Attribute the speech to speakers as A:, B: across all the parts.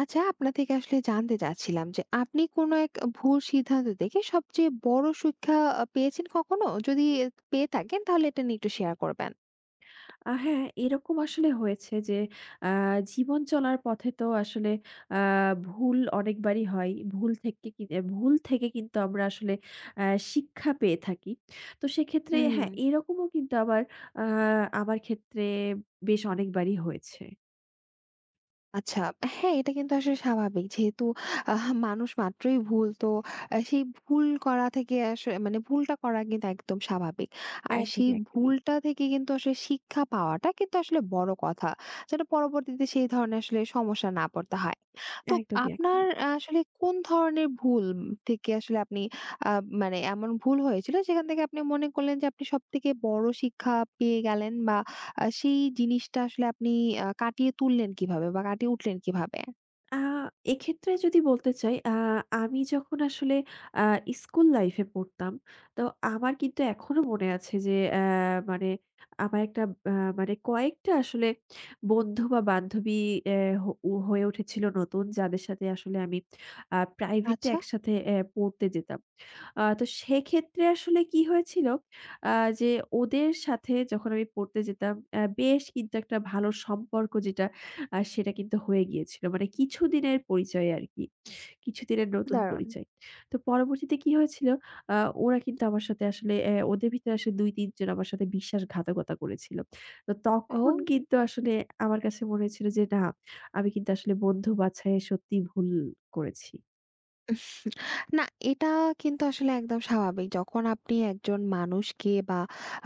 A: আচ্ছা, আপনার থেকে আসলে জানতে চাচ্ছিলাম যে আপনি কোনো এক ভুল সিদ্ধান্ত থেকে সবচেয়ে বড় শিক্ষা পেয়েছেন কখনো? যদি পেয়ে থাকেন তাহলে এটা নিয়ে একটু শেয়ার করবেন।
B: হ্যাঁ, এরকম আসলে হয়েছে যে আ জীবন চলার পথে তো আসলে আ ভুল অনেকবারই হয়। ভুল থেকে কিন্তু আমরা আসলে আ শিক্ষা পেয়ে থাকি। তো সেক্ষেত্রে
A: হুম।
B: হ্যাঁ, এরকমও কিন্তু আবার আ আমার ক্ষেত্রে বেশ অনেকবারই হয়েছে।
A: আচ্ছা, হ্যাঁ, এটা কিন্তু আসলে স্বাভাবিক। যেহেতু মানুষ মাত্রই ভুল, তো সেই ভুল করা থেকে, মানে ভুলটা করা কিন্তু একদম স্বাভাবিক। আর সেই
B: একদমই, একদমই।
A: ভুলটা থেকে কিন্তু আসলে শিক্ষা পাওয়াটা কিন্তু আসলে বড় কথা। যেটা পরবর্তীতে সেই ধরনের আসলে সমস্যা না পড়তে হয়। তো
B: একদমই,
A: আপনার
B: একদমই।
A: আসলে কোন ধরনের ভুল থেকে আসলে আপনি, আ মানে এমন ভুল হয়েছিল সেখান থেকে আপনি মনে করলেন যে আপনি সবথেকে বড় শিক্ষা পেয়ে গেলেন, বা সেই জিনিসটা আসলে আপনি কাটিয়ে তুললেন কিভাবে বা কাটিয়ে উঠলেন কিভাবে?
B: আ এক্ষেত্রে যদি বলতে চাই। আমি যখন আসলে আ স্কুল লাইফে পড়তাম, তো আমার কিন্তু এখনো মনে আছে যে, মানে আমার একটা আ মানে কয়েকটা আসলে বন্ধু বা বান্ধবী অ্যা হ উ হয়ে উঠেছিল নতুন, যাদের সাথে আসলে আমি প্রাইভেটে
A: আচ্ছা,
B: একসাথে পড়তে যেতাম। তো সেক্ষেত্রে আসলে কি হয়েছিল, আ যে ওদের সাথে যখন আমি পড়তে যেতাম বেশ কিন্তু একটা ভালো সম্পর্ক যেটা, সেটা কিন্তু হয়ে গিয়েছিল। মানে কিছুদিনের পরিচয়ে আরকি। কিছুদিনের নতুন
A: দারুণ।
B: পরিচয়। তো পরবর্তীতে কি হয়েছিল, আ ওরা কিন্তু আমার সাথে আসলে, ওদের ভিতরে আসলে ২-৩ জন আমার সাথে বিশ্বাসঘাতকতা করেছিল। তো
A: ও।
B: তখন কিন্তু আসলে আমার কাছে মনে হয়েছিল যে না, আমি কিন্তু আসলে বন্ধু বাছাইয়ে সত্যিই ভুল করেছি।
A: না, এটা কিন্তু আসলে একদম স্বাভাবিক। যখন আপনি একজন মানুষকে বা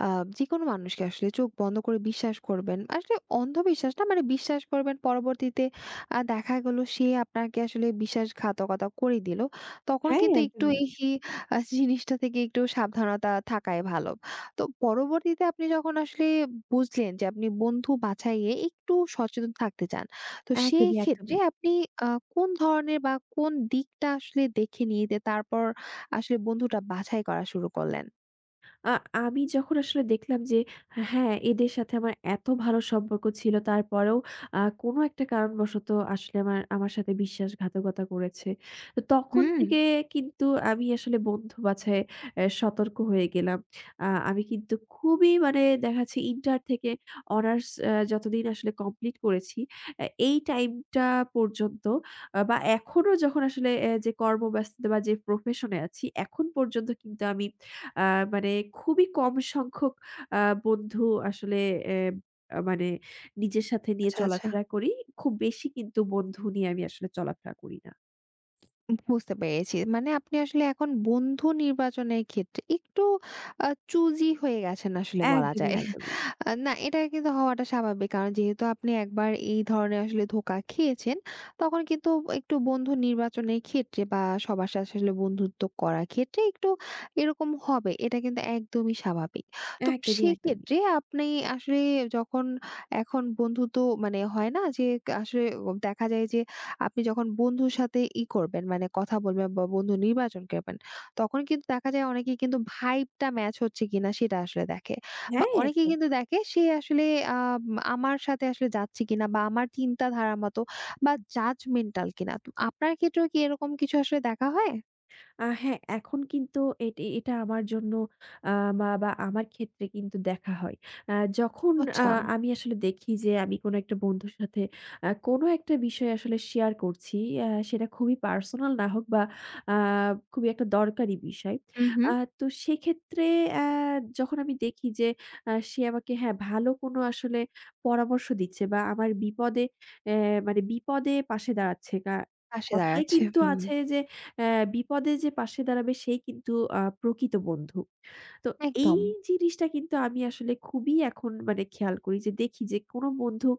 A: আ যেকোনো মানুষকে আসলে চোখ বন্ধ করে বিশ্বাস করবেন। আসলে অন্ধবিশ্বাস না, মানে বিশ্বাস করবেন, পরবর্তীতে দেখা গেল সে আপনাকে আসলে বিশ্বাসঘাতকতা করে দিল। তখন
B: হ্যাঁ,
A: কিন্তু একটু
B: একদমই।
A: এই জিনিসটা থেকে একটু সাবধানতা থাকাই ভালো। তো পরবর্তীতে আপনি যখন আসলে বুঝলেন যে আপনি বন্ধু বাছাইয়ে একটু সচেতন থাকতে চান। তো সেই
B: একদমই,
A: ক্ষেত্রে
B: একদমই।
A: আপনি আ কোন ধরনের বা কোন দিকটা আসলে দেখে নিয়ে যে, তারপর আসলে বন্ধুটা বাছাই করা শুরু করলেন?
B: আ আমি যখন আসলে দেখলাম যে হ্যাঁ, এদের সাথে আমার এত ভালো সম্পর্ক ছিল তারপরেও কোনো একটা কারণবশত আসলে আমার আমার সাথে বিশ্বাসঘাতকতা করেছে। তো তখন
A: হুম।
B: থেকে কিন্তু আমি আসলে বন্ধু বাছাইয়ে সতর্ক হয়ে গেলাম। আমি কিন্তু খুবই মানে দেখা যাচ্ছে ইন্টার থেকে অনার্স যতদিন আসলে কমপ্লিট করেছি, এই টাইমটা পর্যন্ত বা এখনো যখন আসলে যে কর্মব্যস্ততা বা যে প্রফেশন এ আছি, এখন পর্যন্ত কিন্তু আমি আ মানে খুবই কম সংখ্যক আ বন্ধু আসলে এ আ মানে নিজের সাথে নিয়ে
A: আচ্ছা, আচ্ছা।
B: চলাফেরা করি। খুব বেশি কিন্তু বন্ধু নিয়ে আমি আসলে চলাফেরা করি না।
A: বুঝতে পেরেছি। মানে আপনি আসলে এখন বন্ধু নির্বাচনের ক্ষেত্রে একটু চুজি হয়ে গেছেন আসলে বলা
B: একদমই,
A: যায়।
B: একদমই।
A: না, এটা কিন্তু হওয়াটা স্বাভাবিক। কারণ যেহেতু আপনি একবার এই ধরনের আসলে ধোঁকা খেয়েছেন, তখন কিন্তু একটু বন্ধু নির্বাচনের ক্ষেত্রে বা সবার সাথে আসলে বন্ধুত্ব করার ক্ষেত্রে একটু এরকম হবে। এটা কিন্তু একদমই স্বাভাবিক। তো
B: একদমই, একদমই।
A: সেক্ষেত্রে আপনি আসলে যখন এখন বন্ধুত্ব, মানে হয় না যে আসলে দেখা যায় যে আপনি যখন বন্ধুর সাথে করবেন, মানে কথা বলবেন বা বন্ধু নির্বাচন করবেন, তখন কিন্তু দেখা যায় অনেকেই কিন্তু ভাইবটা ম্যাচ হচ্ছে কিনা সেটা আসলে দেখে। বা
B: হ্যাঁ,
A: অনেকেই
B: একদম।
A: কিন্তু দেখে সে আসলে আ আমার সাথে আসলে যাচ্ছে কিনা, বা আমার চিন্তাধারার মতো বা জাজমেন্টাল কিনা। তো আপনার ক্ষেত্রেও কি এরকম কিছু আসলে দেখা হয়?
B: হ্যাঁ, এখন কিন্তু এটা আমার জন্য, আ বা বা আমার ক্ষেত্রে কিন্তু দেখা হয়। আ যখন আ
A: আচ্ছা।
B: আমি আসলে দেখি যে আমি কোনো একটা বন্ধুর সাথে কোনো একটা বিষয় আসলে শেয়ার করছি, সেটা খুবই পার্সোনাল না হোক বা আ খুবই একটা দরকারি বিষয়।
A: হুম, হুম।
B: আ তো সেক্ষেত্রে আ যখন আমি দেখি যে সে আমাকে হ্যাঁ, ভালো কোনো আসলে পরামর্শ দিচ্ছে বা আমার বিপদে, অ্যা মানে বিপদে পাশে দাঁড়াচ্ছে।
A: পাশে
B: কথায়
A: দাঁড়াচ্ছে।
B: কিন্তু
A: হুম,
B: আছে যে, বিপদে যে পাশে দাঁড়াবে সেই কিন্তু প্রকৃত বন্ধু। তো এই
A: একদম।
B: জিনিসটা কিন্তু আমি আসলে খুবই এখন মানে খেয়াল করি যে দেখি যে কোনো বন্ধু,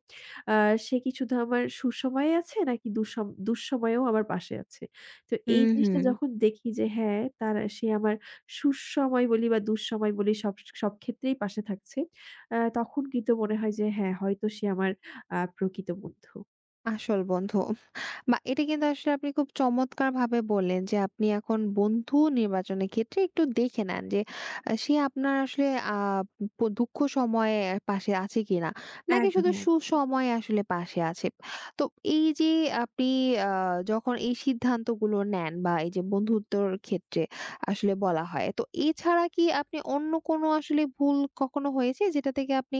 B: আ সে কি শুধু আমার সুসময়ে আছে নাকি দুঃসময়েও আমার পাশে আছে। তো এই
A: হুম, হুম।
B: জিনিসটা যখন দেখি যে হ্যাঁ, সে আমার সুসময় বলি বা দুঃসময় বলি সব সব ক্ষেত্রেই পাশে থাকছে। তখন কিন্তু মনে হয় যে হ্যাঁ, হয়তো সে আমার প্রকৃত বন্ধু।
A: আসল বন্ধু। বা এটা কিন্তু আসলে আপনি খুব চমৎকারভাবে বললেন যে আপনি এখন বন্ধু নির্বাচনের ক্ষেত্রে একটু দেখে নেন যে সে আপনার আসলে আ প দুঃখ সময়ে পাশে আছে কিনা? নাকি শুধু
B: একদমই, একদমই।
A: সুসময়ে আসলে পাশে আছে। তো এই যে আপনি আ যখন এই সিদ্ধান্তগুলো নেন বা এই যে বন্ধুত্বর ক্ষেত্রে আসলে বলা হয়। তো এছাড়া কি আপনি অন্য কোনো আসলে ভুল কখনো হয়েছে, যেটা থেকে আপনি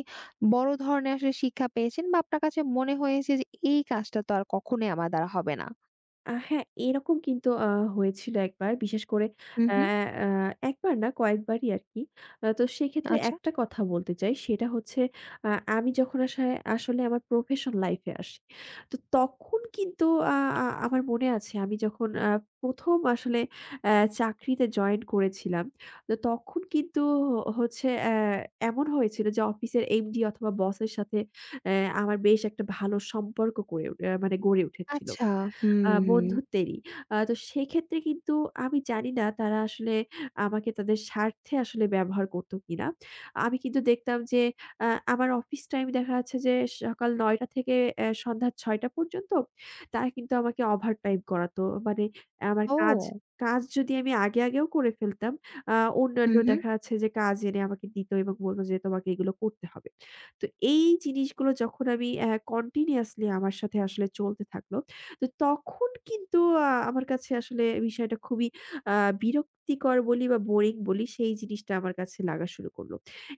A: বড় ধরনের আসলে শিক্ষা পেয়েছেন, বা আপনার কাছে মনে হয়েছে যে এই কাজটা তো আর কখনোই আমার দ্বারা হবে না?
B: হ্যাঁ, এরকম কিন্তু হয়েছিল একবার। বিশেষ করে
A: হু,
B: অ্যা
A: হু।
B: অ্যা একবার না কয়েকবারই আরকি। তো সেক্ষেত্রে
A: আচ্ছা।
B: একটা কথা বলতে চাই। সেটা হচ্ছে, আ আমি যখন আসলে আমার প্রফেশন লাইফ এ আসি। তো তখন কিন্তু আ আ আমার মনে আছে আমি যখন ১ম আসলে অ্যা চাকরিতে জয়েন করেছিলাম। তো তখন কিন্তু হ হচ্ছে অ্যা এমন হয়েছিল যে অফিসের এমডি অথবা বসের সাথে অ্যা আমার বেশ একটা ভালো সম্পর্ক করে উঠে মানে গড়ে উঠেছিল।
A: আচ্ছা। হুম, হুম।
B: বন্ধুত্বেরই। তো সেক্ষেত্রে কিন্তু আমি জানি না তারা আসলে আমাকে তাদের স্বার্থে আসলে ব্যবহার করতো কিনা। আমি কিন্তু দেখতাম যে, আ আমার অফিস টাইম দেখা যাচ্ছে যে সকাল ৯ঃ০০ থেকে সন্ধ্যা ৬ঃ০০ পর্যন্ত। তারা কিন্তু আমাকে ওভারটাইম করাতো। মানে আমার কাজ
A: ও!
B: কাজ যদি আমি আগেও করে ফেলতাম, আ
A: হু,
B: অন্যান্য
A: হু।
B: দেখা যাচ্ছে যে কাজ এনে আমাকে দিত এবং বলল যে, "তোমাকে এগুলো করতে হবে।" তো এই জিনিসগুলো যখন আমি কন্টিনিউয়াসলি আমার সাথে আসলে চলতে থাকল, তো তখন কিন্তু আমার কাছে আসলে বিষয়টা খুবই আ বিরক্তিকর বলি বা বোরিং বলি, সেই জিনিসটা আমার কাছে লাগা শুরু করল।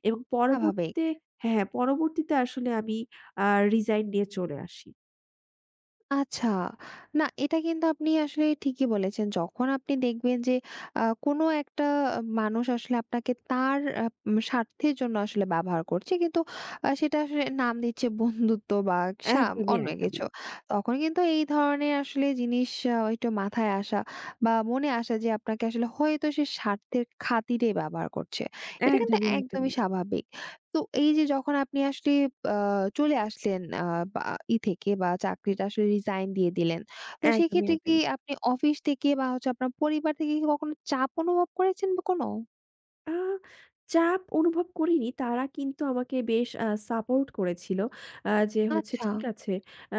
B: এবং
A: স্বাভাবিক।
B: পরবর্তীতে, হ্যাঁ, হ্যাঁ, পরবর্তীতে আসলে আমি আ রিজাইন দিয়ে চলে আসি।
A: আচ্ছা। না, এটা কিন্তু আপনি আসলে ঠিকই বলেছেন। যখন আপনি দেখবেন যে কোনো একটা মানুষ আসলে আপনাকে তার আ উম স্বার্থের জন্য আসলে ব্যবহার করছে। কিন্তু সেটা আসলে নাম দিচ্ছে বন্ধুত্ব বা
B: একদমই,
A: অন্য কিছু।
B: একদমই।
A: তখন কিন্তু এই ধরনের আসলে জিনিস একটু মাথায় আসা বা মনে আসা যে আপনাকে আসলে হয়তো সে স্বার্থের খাতিরে ব্যবহার করছে। এটা কিন্তু
B: একদমই,
A: একদমই
B: একদমই।
A: স্বাভাবিক। তো এই যে যখন আপনি আসলে আ চলে আসলেন, বা থেকে বা চাকরিটা আসলে রিজাইন দিয়ে দিলেন। তো
B: একদমই,
A: সেক্ষেত্রে কি
B: একদমই।
A: আপনি অফিস থেকে বা হচ্ছে আপনার পরিবার থেকে কি কখনো চাপ অনুভব করেছেন বা কোনো?
B: আ চাপ অনুভব করিনি। তারা কিন্তু আমাকে বেশ সাপোর্ট করেছিল। যে হচ্ছে
A: আচ্ছা।
B: ঠিক আছে। আ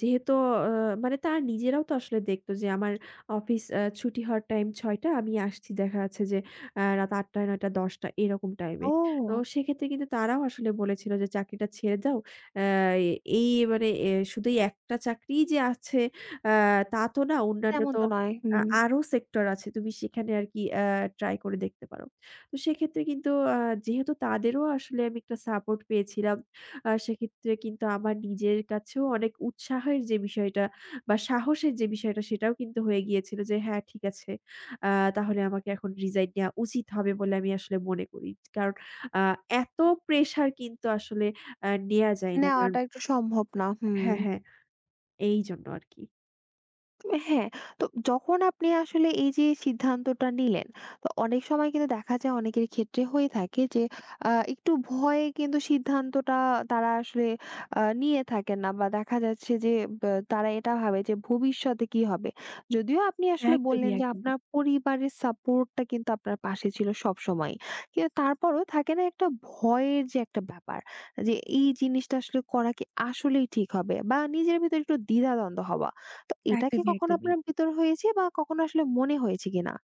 B: যেহেতু আ মানে তারা নিজেরাও তো আসলে দেখতো যে আমার অফিস, ছুটি হওয়ার টাইম ৬ টা, আমি আসছি দেখা যাচ্ছে যে, রাত ৮ টা, ৯ টা, ১০ টা এরকম টাইমে। তো
A: ও!
B: সেক্ষেত্রে কিন্তু তারাও আসলে বলেছিল যে চাকরিটা ছেড়ে দাও। আ এই মানে শুধু এই একটা চাকরিই যে আছে, আ তা তো না। অন্যান্য
A: তেমন
B: তো
A: তো নয়। হুম।
B: আরো সেক্টর আছে। তুমি সেখানে আরকি ট্রাই করে দেখতে পারো। তো সেক্ষেত্রে কিন্তু, যেহেতু তাদেরও আসলে আমি একটা সাপোর্ট পেয়েছিলাম, সেক্ষেত্রে কিন্তু আমার নিজের কাছেও অনেক উৎসাহের যে বিষয়টা বা সাহসের যে বিষয়টা সেটাও কিন্তু হয়ে গিয়েছিল যে, "হ্যাঁ, ঠিক আছে। আ তাহলে আমাকে এখন রিজাইন নেয়া উচিত হবে", বলে আমি আসলে মনে করি। কারণ আ এত প্রেশার কিন্তু আসলে নেয়া যায় না। কারণ
A: নেওয়াটা একটু সম্ভব না। হুম।
B: হ্যাঁ, হ্যাঁ, এইজন্য আরকি।
A: হ্যাঁ, তো যখন আপনি আসলে এই যে সিদ্ধান্তটা নিলেন, তো অনেক সময় কিন্তু দেখা যায় অনেকের ক্ষেত্রে হয়ে থাকে যে একটু ভয়ে কিন্তু সিদ্ধান্তটা তারা আসলে নিয়ে থাকেন না, বা দেখা যাচ্ছে যে তারা এটা ভাবে যে ভবিষ্যতে কি হবে? যদিও আপনি আসলে
B: একদমই,
A: বললেন যে
B: একদমই।
A: আপনার পরিবারের সাপোর্টটা কিন্তু আপনার পাশে ছিল সবসময়ই। কিন্তু তারপরও থাকে না একটা ভয়ের যে একটা ব্যাপার, যে এই জিনিসটা আসলে করা কি আসলেই ঠিক হবে? বা নিজের ভিতরে একটু দ্বিধাদ্বন্দ্ব হওয়া। তো এটা কি
B: একদমই,
A: কখনো
B: একদমই।
A: আপনার ভেতর হয়েছে বা কখনো আসলে মনে হয়েছে কিনা?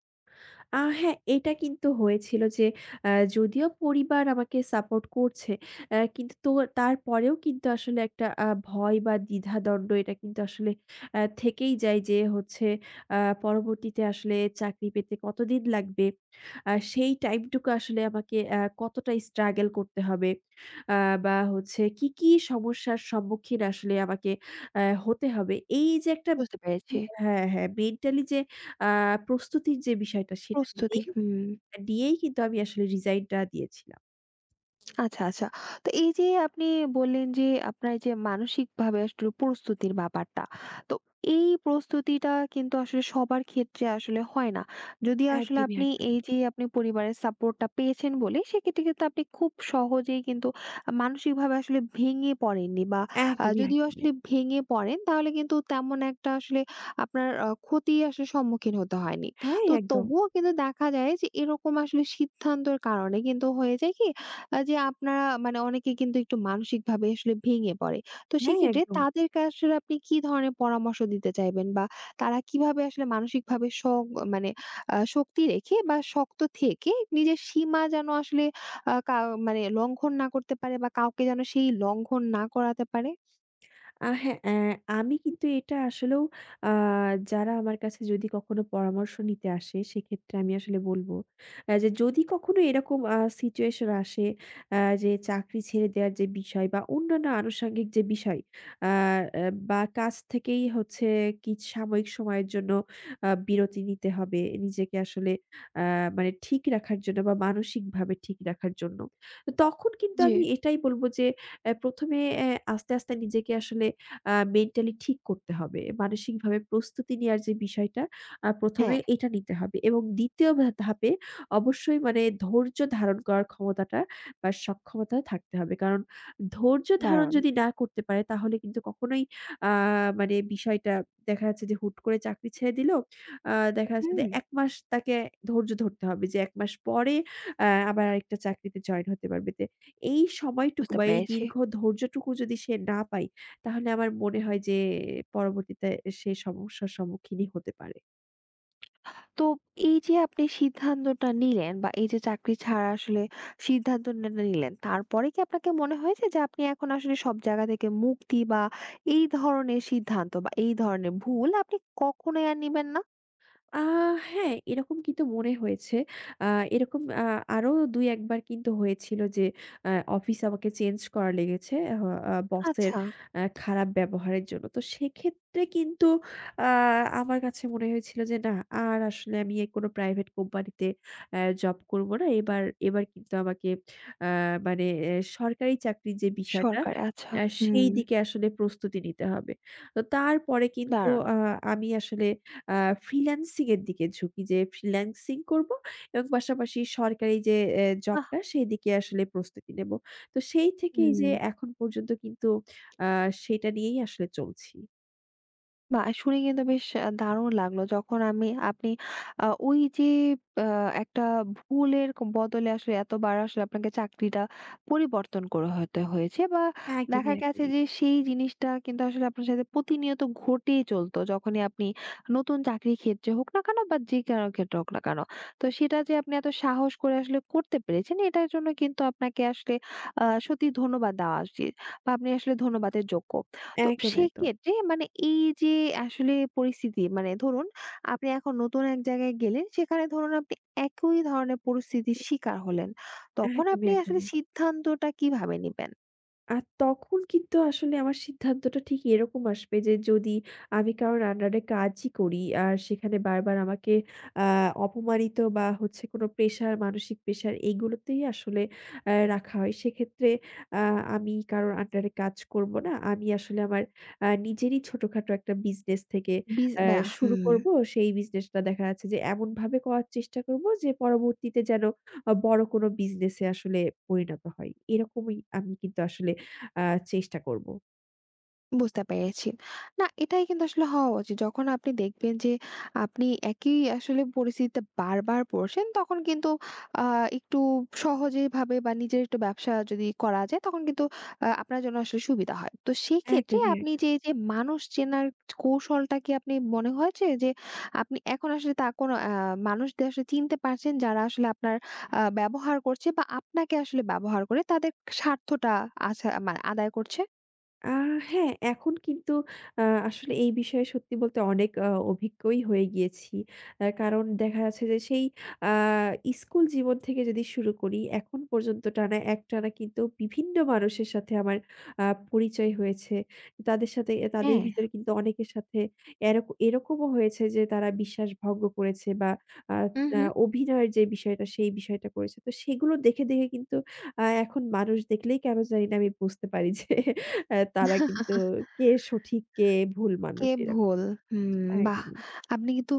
B: হ্যাঁ, এটা কিন্তু হয়েছিল যে, আ যদিও পরিবার আমাকে সাপোর্ট করছে, কিন্তু তো তারপরেও কিন্তু আসলে একটা ভয় বা দ্বিধাদ্বন্দ্ব এটা কিন্তু আসলে থেকেই যায় যে হচ্ছে, আ পরবর্তীতে আসলে চাকরি পেতে কতদিন লাগবে? সেই টাইমটুকু আসলে আমাকে কতটা স্ট্রাগল করতে হবে? আ বা হচ্ছে কি, কি সমস্যার সম্মুখীন আসলে আমাকে হতে হবে? এই যে একটা,
A: বুঝতে পেরেছি।
B: হ্যাঁ, হ্যাঁ, মেন্টালি যে আ প্রস্তুতির যে বিষয়টা সেটা
A: প্রস্তুতি।
B: দিয়েই
A: হুম।
B: দিয়েই কিন্তু আমি আসলে রিজাইনটা দিয়েছিলাম।
A: আচ্ছা, আচ্ছা। তো এই যে আপনি বললেন যে আপনার এই যে মানসিকভাবে আসলে প্রস্তুতির ব্যাপারটা। তো এই প্রস্তুতিটা কিন্তু আসলে সবার ক্ষেত্রে আসলে হয় না। যদি আসলে
B: একদমই,
A: আপনি এই
B: একদমই।
A: যে আপনি পরিবারের সাপোর্টটা পেয়েছেন বলে, সেক্ষেত্রে কিন্তু আপনি খুব সহজেই কিন্তু মানসিকভাবে আসলে ভেঙে পড়েননি, বা
B: একদমই,
A: যদিও
B: একদমই।
A: আসলে ভেঙে পড়েন তাহলে কিন্তু তেমন একটা আসলে আপনার ক্ষতি আসলে সম্মুখীন হতে হয়নি।
B: হ্যাঁ,
A: তো
B: একদম।
A: তবুও কিন্তু দেখা যায় যে এরকম আসলে সিদ্ধান্তের কারণে কিন্তু হয়ে যায় কি যে আপনারা মানে অনেকে কিন্তু একটু মানসিকভাবে আসলে ভেঙে পড়ে। তো
B: হ্যাঁ,
A: সেক্ষেত্রে
B: একদম।
A: তাদেরকে আসলে আপনি কি ধরনের পরামর্শ দিতে চাইবেন? বা তারা কিভাবে আসলে মানসিকভাবে মানে শক্তি রেখে বা শক্ত থেকে নিজের সীমা যেন আসলে আ কা মানে লঙ্ঘন না করতে পারে, বা কাউকে যেন সেই লঙ্ঘন না করাতে পারে?
B: হ্যাঁ, আমি কিন্তু এটা আসলেও, আ যারা আমার কাছে যদি কখনো পরামর্শ নিতে আসে সেক্ষেত্রে আমি আসলে বলব, যে যদি কখনো এরকম সিচুয়েশন আসে, যে চাকরি ছেড়ে দেওয়ার যে বিষয় বা অন্যান্য আনুষঙ্গিক যে বিষয়, আ অ্যা বা কাজ থেকেই হচ্ছে কি সাময়িক সময়ের জন্য বিরতি নিতে হবে নিজেকে আসলে, আ মানে ঠিক রাখার জন্য বা মানসিকভাবে ঠিক রাখার জন্য। তো তখন কিন্তু
A: জি।
B: আমি এটাই বলব যে, ১ম এ আস্তে, আস্তে নিজেকে আসলে মেন্টালি ঠিক করতে হবে। মানসিকভাবে প্রস্তুতি নেয়ার যে বিষয়টা ১ম
A: হ্যাঁ,
B: এ এটা নিতে হবে এবং ২য় ধাপে অবশ্যই মানে ধৈর্য ধারণ করার ক্ষমতাটা বা সক্ষমতা থাকতে হবে। কারণ ধৈর্য ধারণ
A: দারুণ।
B: যদি না করতে পারে তাহলে কিন্তু কখনোই আ মানে বিষয়টা দেখা যাচ্ছে যে হুট করে চাকরি ছেড়ে দিল। আ দেখা যাচ্ছে
A: হুম,
B: যে ১ মাস তাকে ধৈর্য ধরতে হবে যে ১ মাস পরে আবার আরেকটা চাকরিতে জয়েন হতে পারবে। এই সময়টুকু
A: বুঝতে
B: বা এই
A: পেরেছি।
B: দীর্ঘ ধৈর্যটুকু যদি সে না পায় তাহলে আমার মনে হয় যে পরবর্তীতে সে সমস্যার সম্মুখীনই হতে পারে।
A: তো এই যে আপনি সিদ্ধান্তটা নিলেন বা এই যে চাকরি ছাড়া আসলে সিদ্ধান্তটা নিলেন, তারপরে কি আপনাকে মনে হয়েছে যে আপনি এখন আসলে সব জায়গা থেকে মুক্তি, বা এই ধরনের সিদ্ধান্ত বা এই ধরনের ভুল আপনি কখনোই আর নিবেন না?
B: আ হ্যাঁ, এরকম কিন্তু মনে হয়েছে। আ এরকম আরো ২-১ বার কিন্তু হয়েছিল যে, আ অফিস আমাকে চেঞ্জ করা লেগেছে আহ আ বসের
A: আচ্ছা,
B: খারাপ ব্যবহারের জন্য। তো সেক্ষেত্রে কিন্তু, আ আমার কাছে মনে হয়েছিল যে না, আর আসলে আমি কোনো প্রাইভেট কোম্পানিতে জব করব না। এবার এবার কিন্তু আমাকে আ মানে এ সরকারি চাকরির যে বিষয়টা,
A: সরকারি, আচ্ছা। হুম,
B: সেই দিকে আসলে প্রস্তুতি নিতে হবে। তো তারপরে কিন্তু
A: দারুণ!
B: আমি আসলে আ ফ্রিল্যান্সিং এর দিকে ঝুঁকি যে ফ্রিল্যান্সিং করব এবং পাশাপাশি সরকারি যে
A: বাহ!
B: জবটা সেদিকে আসলে প্রস্তুতি নেব। তো সেই থেকেই
A: হুম।
B: যে এখন পর্যন্ত কিন্তু, আ সেটা নিয়েই আসলে চলছি।
A: বাহ! শুনে কিন্তু বেশ দারুণ লাগলো। যখন আপনি ওই যে আ একটা ভুলের বদলে আসলে এতবার আসলে আপনাকে চাকরিটা পরিবর্তন করে হতে হয়েছে, বা
B: একদমই,
A: দেখা গেছে
B: একদমই।
A: যে সেই জিনিসটা কিন্তু আসলে আপনার সাথে প্রতিনিয়ত ঘটেই চলতো। যখনই আপনি নতুন চাকরির ক্ষেত্রে হোক না কেন, বা যে কারো ক্ষেত্রে হোক না কেন। তো সেটা যে আপনি এত সাহস করে আসলে করতে পেরেছেন, এটার জন্য কিন্তু আপনাকে আসলে সত্যিই ধন্যবাদ দেওয়া উচিত, বা আপনি আসলে ধন্যবাদের যোগ্য। তো
B: একদম, একদম।
A: সেক্ষেত্রে মানে এই যে আসলে পরিস্থিতি, মানে ধরুন আপনি এখন নতুন এক জায়গায় গেলেন, সেখানে ধরুন আপনি একই ধরনের পরিস্থিতির শিকার হলেন, তখন
B: একদমই,
A: আপনি আসলে
B: একদমই।
A: সিদ্ধান্তটা কিভাবে নিবেন?
B: আর তখন কিন্তু আসলে আমার সিদ্ধান্তটা ঠিক এরকম আসবে যে যদি আমি কারোর আন্ডারে কাজই করি আর সেখানে বারবার আমাকে অপমানিত বা হচ্ছে কোনো প্রেশার, মানসিক প্রেশার এইগুলোতেই আসলে রাখা হয় সেক্ষেত্রে, আমি কারোর আন্ডারে কাজ করব না, আমি আসলে আমার নিজেরই ছোটখাটো একটা বিজনেস থেকে
A: বা
B: শুরু
A: হুম।
B: করব। সেই বিজনেসটা দেখা যাচ্ছে যে এমন ভাবে করার চেষ্টা করব যে পরবর্তীতে যেন বড় কোনো বিজনেসে আসলে পরিণত হয়, এরকমই আমি কিন্তু আসলে আ চেষ্টা করব।
A: বুঝতে পেরেছি। না, এটাই কিন্তু আসলে হওয়া উচিত। যখন আপনি দেখবেন যে আপনি একই আসলে পরিস্থিতিতে বারবার পড়ছেন, তখন কিন্তু আ একটু সহজেভাবে বা নিজের একটু ব্যবসা যদি করা যায়, তখন কিন্তু আপনার জন্য আসলে সুবিধা হয়। তো সেক্ষেত্রে
B: একদমই,
A: আপনি যে,
B: একদমই।
A: এই যে মানুষ চেনার কৌশলটা কি আপনি মনে হয়েছে যে আপনি এখন আসলে তা কোনো মানুষদের আসলে চিনতে পারছেন, যারা আসলে আপনার ব্যবহার করছে বা আপনাকে আসলে ব্যবহার করে তাদের স্বার্থটা মানে আদায় করছে?
B: আ হ্যাঁ, এখন কিন্তু আ আসলে এই বিষয়ে সত্যি বলতে অনেক অভিজ্ঞই হয়ে গিয়েছি। কারণ দেখা যাচ্ছে যে সেই আ স্কুল জীবন থেকে যদি শুরু করি, এখন পর্যন্ত টানা একটানা কিন্তু বিভিন্ন মানুষের সাথে আমার আ পরিচয় হয়েছে। তাদের সাথে তাদের
A: হ্যাঁ।
B: ভিতরে কিন্তু অনেকের সাথে এরকমও হয়েছে যে তারা বিশ্বাস ভঙ্গ করেছে বা আ আ
A: উহু।
B: অভিনয়ের যে বিষয়টা, সেই বিষয়টা করেছে। তো সেগুলো দেখে, দেখে কিন্তু এখন মানুষ দেখলেই কেন জানি না আমি বুঝতে পারি যে, তারা কিন্তু কে সঠিক, কে ভুল
A: কে
B: মানুষ এরকম।
A: ভুল? হুম, বাহ!
B: একদমই,
A: আপনি কিন্তু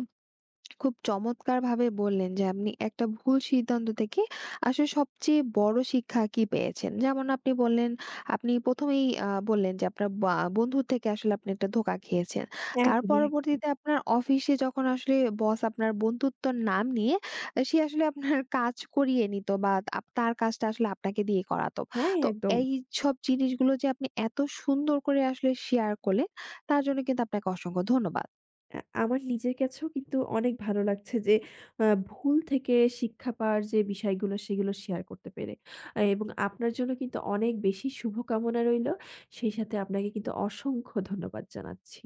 A: খুব চমৎকারভাবে বললেন যে আপনি একটা ভুল সিদ্ধান্ত থেকে আসলে সবচেয়ে বড় শিক্ষা কি পেয়েছেন। যেমন আপনি বললেন, আপনি ১ম এই বললেন যে আপনার বা বন্ধুর থেকে আসলে আপনি একটা ধোঁকা খেয়েছেন। তার
B: একদমই, একদমই।
A: পরবর্তীতে আপনার অফিসে যখন আসলে বস আপনার বন্ধুত্বর নাম নিয়ে সে আসলে আপনার কাজ করিয়ে নিত, বা তার কাজটা আসলে আপনাকে দিয়ে করাতো।
B: হ্যাঁ,
A: তো
B: একদম।
A: এইসব জিনিসগুলো যে আপনি এত সুন্দর করে আসলে শেয়ার করলেন, তার জন্য কিন্তু আপনাকে অসংখ্য ধন্যবাদ।
B: আমার নিজের কাছেও কিন্তু অনেক ভালো লাগছে যে, ভুল থেকে শিক্ষা পাওয়ার যে বিষয়গুলো সেগুলো শেয়ার করতে পেরে। এবং আপনার জন্য কিন্তু অনেক বেশি শুভকামনা রইলো। সেই সাথে আপনাকে কিন্তু অসংখ্য ধন্যবাদ জানাচ্ছি।